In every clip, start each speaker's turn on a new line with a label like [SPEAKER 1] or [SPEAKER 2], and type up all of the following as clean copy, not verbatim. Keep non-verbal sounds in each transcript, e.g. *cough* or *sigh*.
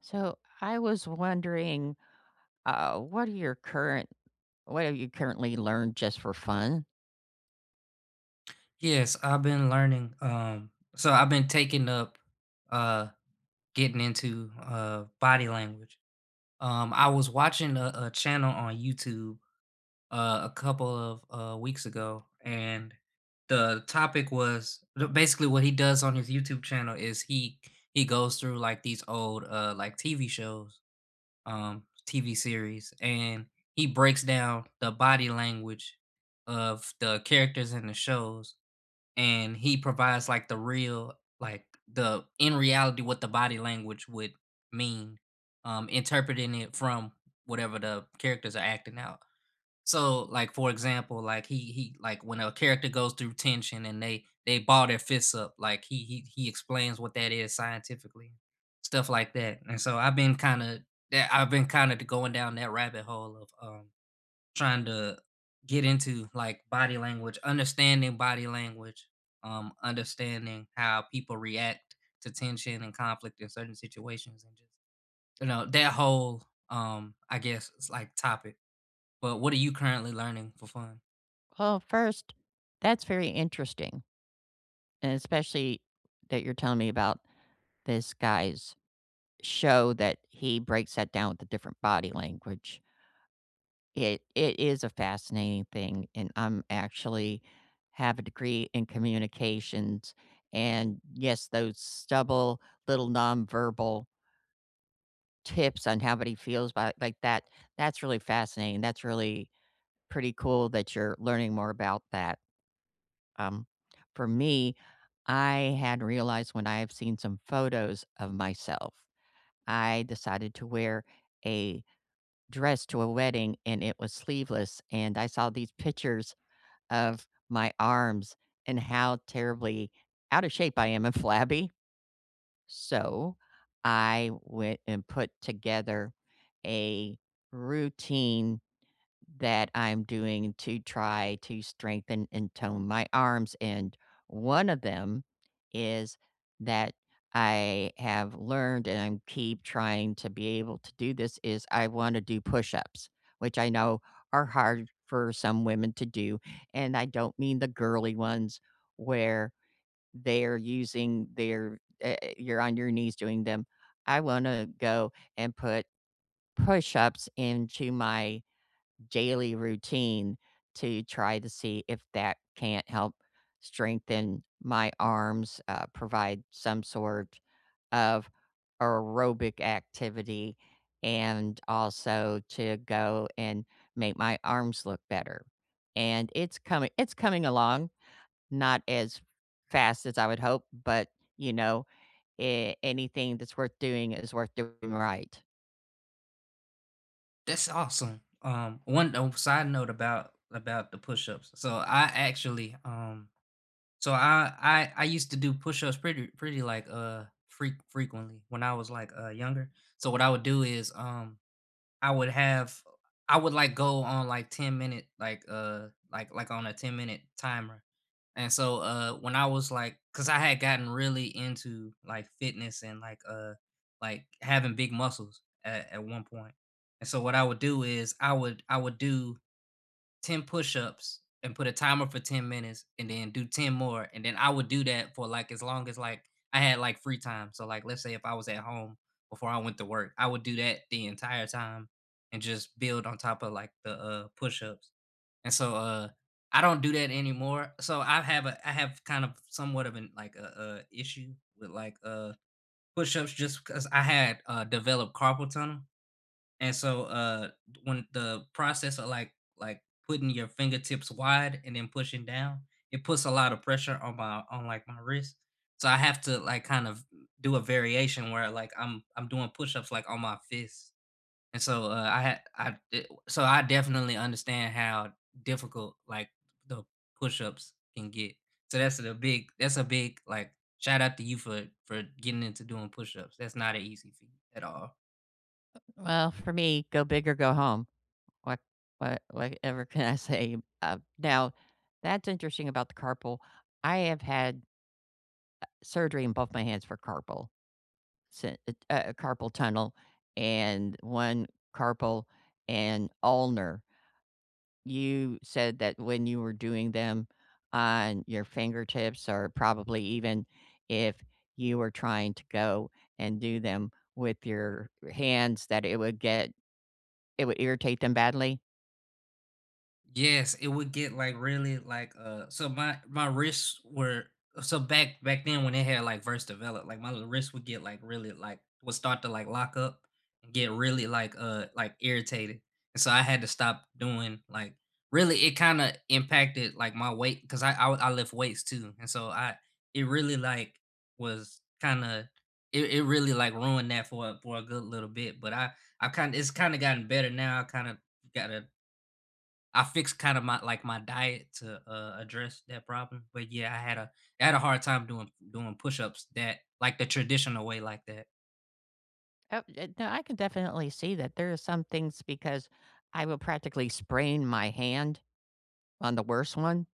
[SPEAKER 1] So I was wondering, uh, what are your current what have you currently learned just for fun?
[SPEAKER 2] Yes, I've been learning. So I've been taking up uh getting into body language. I was watching a channel on YouTube a couple of weeks ago, and the topic was basically what he does on his YouTube channel is he goes through like these old like TV shows, TV series, and he breaks down the body language of the characters in the shows and he provides like the real like the in reality what the body language would mean, um, interpreting it from whatever the characters are acting out. So like for example, like he like when a character goes through tension and they ball their fists up, like he explains what that is scientifically, stuff like that. And so I've been kind of that I've been kind of going down that rabbit hole of trying to get into like body language, understanding how people react to tension and conflict in certain situations, and just that whole I guess it's like topic. But what are you currently learning for fun?
[SPEAKER 1] Well, first, that's very interesting, and especially that you're telling me about this guy's show that he breaks that down with the different body language. It is a fascinating thing, and I'm actually have a degree in communications, and yes, those stubble little nonverbal tips on how but he feels about like that. That's really fascinating. That's really pretty cool that you're learning more about that. Um, for me, I had realized when I have seen some photos of myself, I decided to wear a dress to a wedding and it was sleeveless. And I saw these pictures of my arms and how terribly out of shape I am and *laughs* flabby. So, I went and put together a routine that I'm doing to try to strengthen and tone my arms, and one of them is that I have learned, and I'm keep trying to be able to do this, is I wanna do push-ups, which I know are hard for some women to do, and I don't mean the girly ones where they're using their you're on your knees doing them. I wanna go and put push-ups into my daily routine to try to see if that can't help strengthen my arms, provide some sort of aerobic activity, and also to go and make my arms look better. And it's coming along. Not as fast as I would hope, but, you know, a anything that's worth doing is worth doing right.
[SPEAKER 2] That's awesome. One side note about the push-ups. So I actually so I used to do push-ups pretty like freak frequently when I was like younger. So what I would do is I would have I would, like, go on, like, 10-minute, like, on a 10-minute timer, and so, when I was, like, cause I had gotten really into, like, fitness and, like, having big muscles at one point, and so what I would do is I would do 10 push-ups and put a timer for 10 minutes and then do 10 more, and then I would do that for, like, as long as, like, I had, like, free time. So, like, let's say if I was at home before I went to work, I would do that the entire time and just build on top of, like, the, push-ups. And so, I don't do that anymore. So I have a I have kind of somewhat of an, like, a, issue with, like, push-ups just because I had, developed carpal tunnel. And so, when the process of like putting your fingertips wide and then pushing down, it puts a lot of pressure on my on like my wrist. So I have to like kind of do a variation where like I'm doing push-ups like on my fists. And so I had so I definitely understand how difficult like the push-ups can get. So that's a big like shout out to you for getting into doing push-ups. That's not an easy feat at all.
[SPEAKER 1] Well, for me, go big or go home. What what whatever can I *laughs* say? Now, that's interesting about the carpal. I have had surgery in both my hands for syn carpal tunnel and one carpal and ulnar. You said that when you were doing them on your fingertips, or probably even if you were trying to go and do them with your hands, that it would irritate them badly.
[SPEAKER 2] Yes, it would get like really like so my wrists were so back then when they had like first developed, like my little wrists would get like really like would start to like lock up and get really like irritated. And so I had to stop doing like really. It kind of impacted like my weight because I lift weights too. And so I it really like was kind of it really like ruined that for for a good little bit. But I kind of it's kind of gotten better now. I kind of got a I fixed kind of my like my diet to address that problem. But yeah, I had a hard time doing push-ups that like the traditional way like that.
[SPEAKER 1] Oh, no, I can definitely see that. There are some things because I will practically sprain my hand on the worst one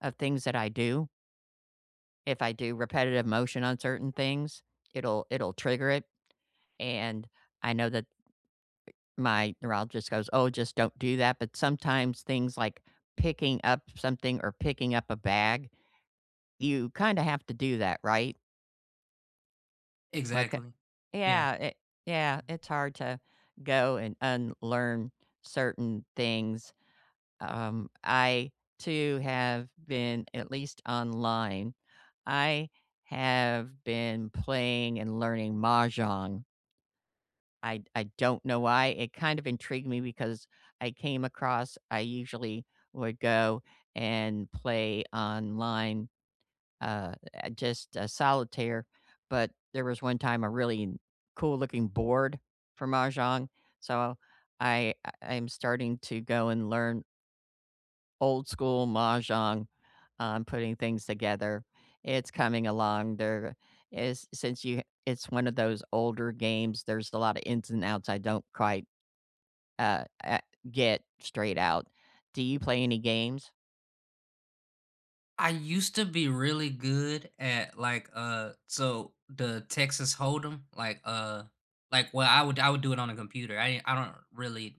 [SPEAKER 1] of things that I do. If I do repetitive motion on certain things, it'll trigger it, and I know that my neurologist goes, "Oh, just don't do that." But sometimes things like picking up something or picking up a bag, you kinda have to do that, right? Like,
[SPEAKER 2] Exactly. Yeah.
[SPEAKER 1] yeah, it yeah,
[SPEAKER 2] Mhm.
[SPEAKER 1] it's hard to go and unlearn certain things. I too have been, at least online, I have been playing and learning mahjong. I don't know why. It kind of intrigued me because I came across I usually would go and play online, uh, just, solitaire, but there was one time a really cool looking board for mahjong, so I I am starting to go and learn old school mahjong, putting things together. It's coming along. There is since you it's one of those older games, there's a lot of ins and outs I don't quite uh, uh, get straight out. Do you play any games?
[SPEAKER 2] I used to be really good at like so the Texas Hold'em like well I would do it on a computer. I don't really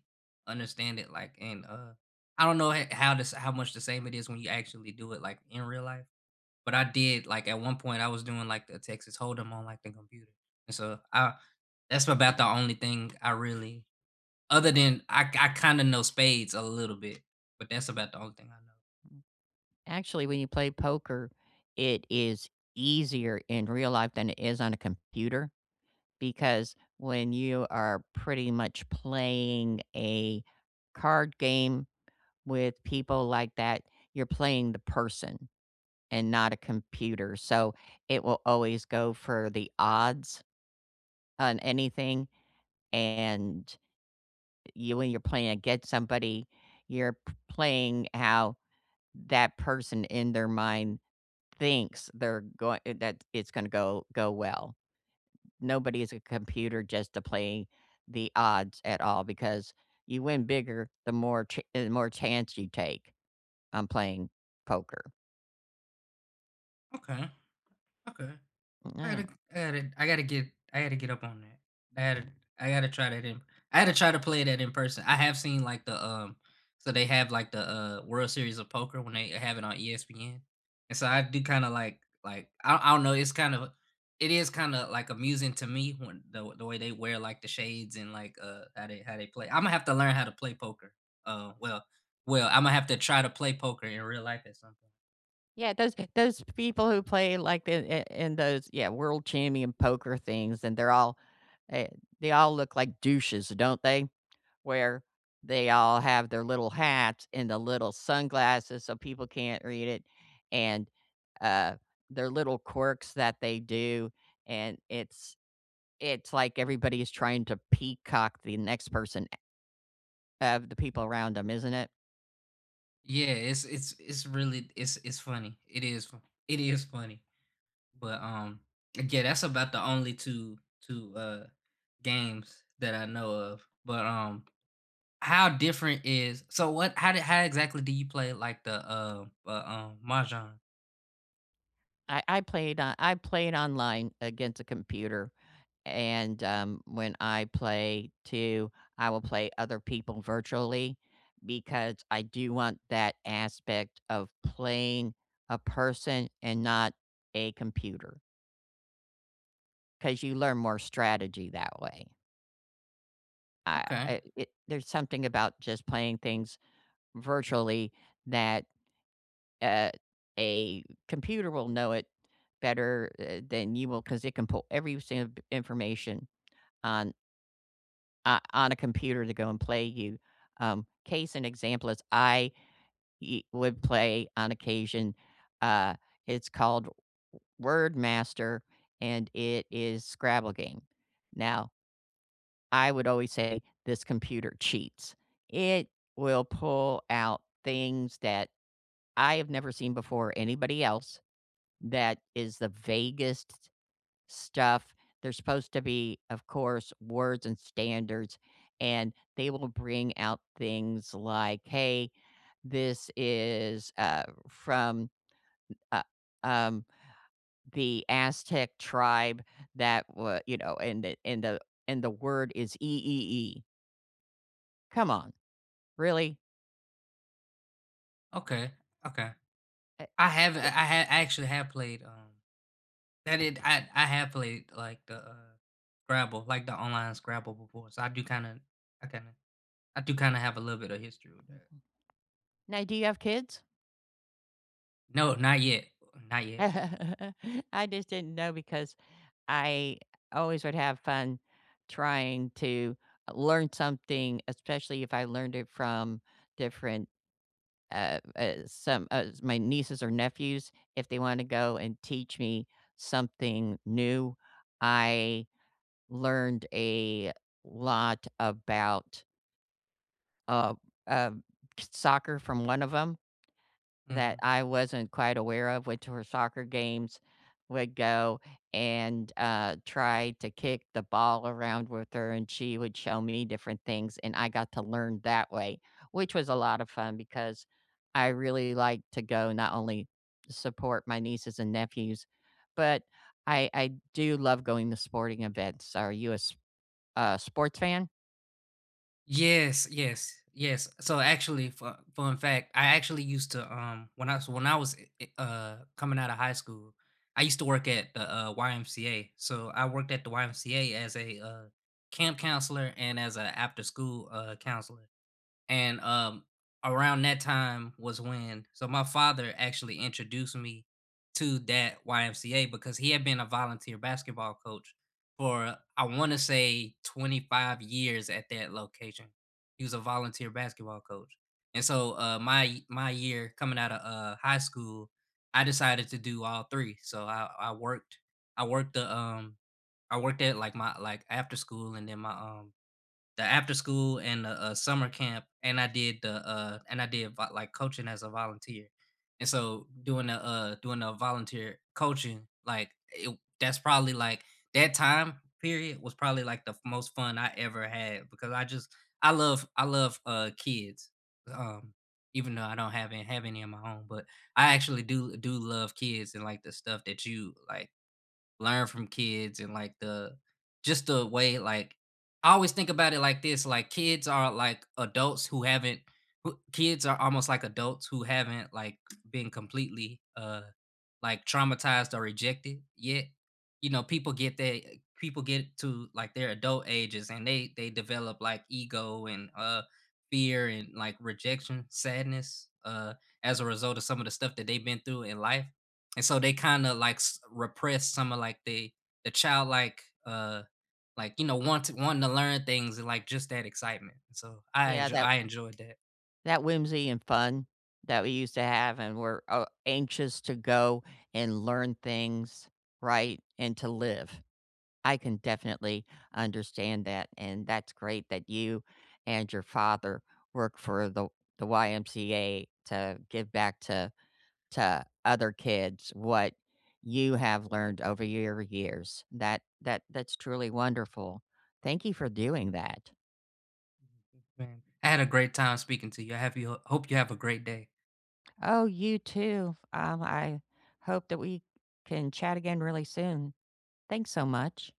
[SPEAKER 2] understand it like and I don't know how this how much the same it is when you actually do it like in real life. But I did like at one point I was doing like the Texas Hold'em on like the computer, and so I that's about the only thing I really other than I kind of know spades a little bit, but that's about the only thing I know.
[SPEAKER 1] Actually, when you play poker, it is easier in real life than it is on a computer because when you are pretty much playing a card game with people like that, you're playing the person and not a computer. So it will always go for the odds on anything. And you, when you're playing against somebody, you're playing how that person in their mind thinks they're going that it's going to go well. Nobody is a computer just to play the odds at all because you win bigger the more chance you take on playing poker.
[SPEAKER 2] Okay, okay. I
[SPEAKER 1] Yeah,
[SPEAKER 2] gotta, I gotta, I gotta get, I gotta get up on that. I gotta, I gotta try that in. I gotta try to play that in person. I have seen like the so they have like the World Series of Poker when they have it on ESPN, and so I do kind of like I don't know, it's kind of, it is kind of like amusing to me when the way they wear like the shades and like how they play. I'm gonna have to learn how to play poker. Uh, well, well, I'm gonna have to try to play poker in real life at some point.
[SPEAKER 1] yeah, those people who play like in those yeah world champion poker things, and they're all eh, they all look like douches, don't they? Where they all have their little hats and the little sunglasses so people can't read it, and, uh, their little quirks that they do, and it's like everybody is trying to peacock the next person of the people around them, 'em, isn't it?
[SPEAKER 2] Yeah, it's really it's funny. It is it is funny. But yeah, that's about the only two games that I know of. But how different is so what how did how exactly do you play like the mahjong?
[SPEAKER 1] I played online against a computer. And, when I play too, I will play other people virtually because I do want that aspect of playing a person and not a computer. Because you learn more strategy that way.
[SPEAKER 2] Okay.
[SPEAKER 1] I it there's something about just playing things virtually that, uh, a computer will know it better, than you will, because it can pull every single b information on on a computer to go and play you. Case in example is I would play on occasion. Uh, it's called Word Master, and it is Scrabble game. Now, I would always say this computer cheats. It will pull out things that I have never seen before anybody else. That is the vaguest stuff. There's supposed to be, of course, words and standards, and they will bring out things like, "Hey, this is from uh, um, the Aztec tribe that wa you know, and the and the and the word is e e e." Come on, really?
[SPEAKER 2] Okay. Okay.
[SPEAKER 1] Eh,
[SPEAKER 2] I have
[SPEAKER 1] eh,
[SPEAKER 2] I actually have played that it I have played like the Scrabble, like the online Scrabble before. So I do kind of I do kind of have a little bit of history with that.
[SPEAKER 1] Now, do you have kids?
[SPEAKER 2] No, not yet. Not
[SPEAKER 1] *laughs*
[SPEAKER 2] yet.
[SPEAKER 1] I just didn't know because I always would have fun trying to learn something, especially if I learned it from different, some my nieces or nephews. If they want to go and teach me something new, I learned a lot about uh, uh, soccer from one of them. That
[SPEAKER 2] Mhm.
[SPEAKER 1] I wasn't quite aware of, went to her soccer games, would go and, try to kick the ball around with her, and she would show me different things, and I got to learn that way, which was a lot of fun because I really like to go not only support my nieces and nephews, but I do love going to sporting events. Are you a s a sports fan?
[SPEAKER 2] Yes, yes, yes. So actually, fun fact, I actually used to when I was coming out of high school, I used to work at the YMCA. So I worked at the YMCA as a camp counselor and as a after school counselor. And, around that time was when so my father actually introduced me to that YMCA because he had been a volunteer basketball coach for, I wanna say, 25 years at that location. He was a volunteer basketball coach. And so, my my year coming out of, high school, I decided to do all 3. So I worked the, I worked at, like, my like, after school and then my, the after school and the summer camp, and I did the and I did like coaching as a volunteer, and so doing the volunteer coaching, like it, that's probably like that time period was probably like the most fun I ever had, because I just I love kids, um, even though I don't have any of my own, but I actually do do love kids and like the stuff that you like learn from kids and like the just the way like I always think about it like this like kids are like adults who haven't who, kids are almost like adults who haven't like been completely like traumatized or rejected yet. You know people get that people get to like their adult ages and they develop like ego and fear and like rejection sadness as a result of some of the stuff that they've been through in life, and so they kind of like repress some of like the childlike like you know want to, wanting to learn things and like just that excitement. So
[SPEAKER 1] Yeah, that
[SPEAKER 2] I enjoyed that.
[SPEAKER 1] that whimsy and fun that we used to have and we're, anxious to go and learn things, right, and to live. I can definitely understand that, and that's great that you and your father work for the YMCA to give back to other kids what you have learned over your years. That's truly wonderful. Thank you for doing that.
[SPEAKER 2] Man, I had a great time speaking to you. I have you hope you have a great day.
[SPEAKER 1] Oh, you too. I hope that we can chat again really soon. Thanks so much.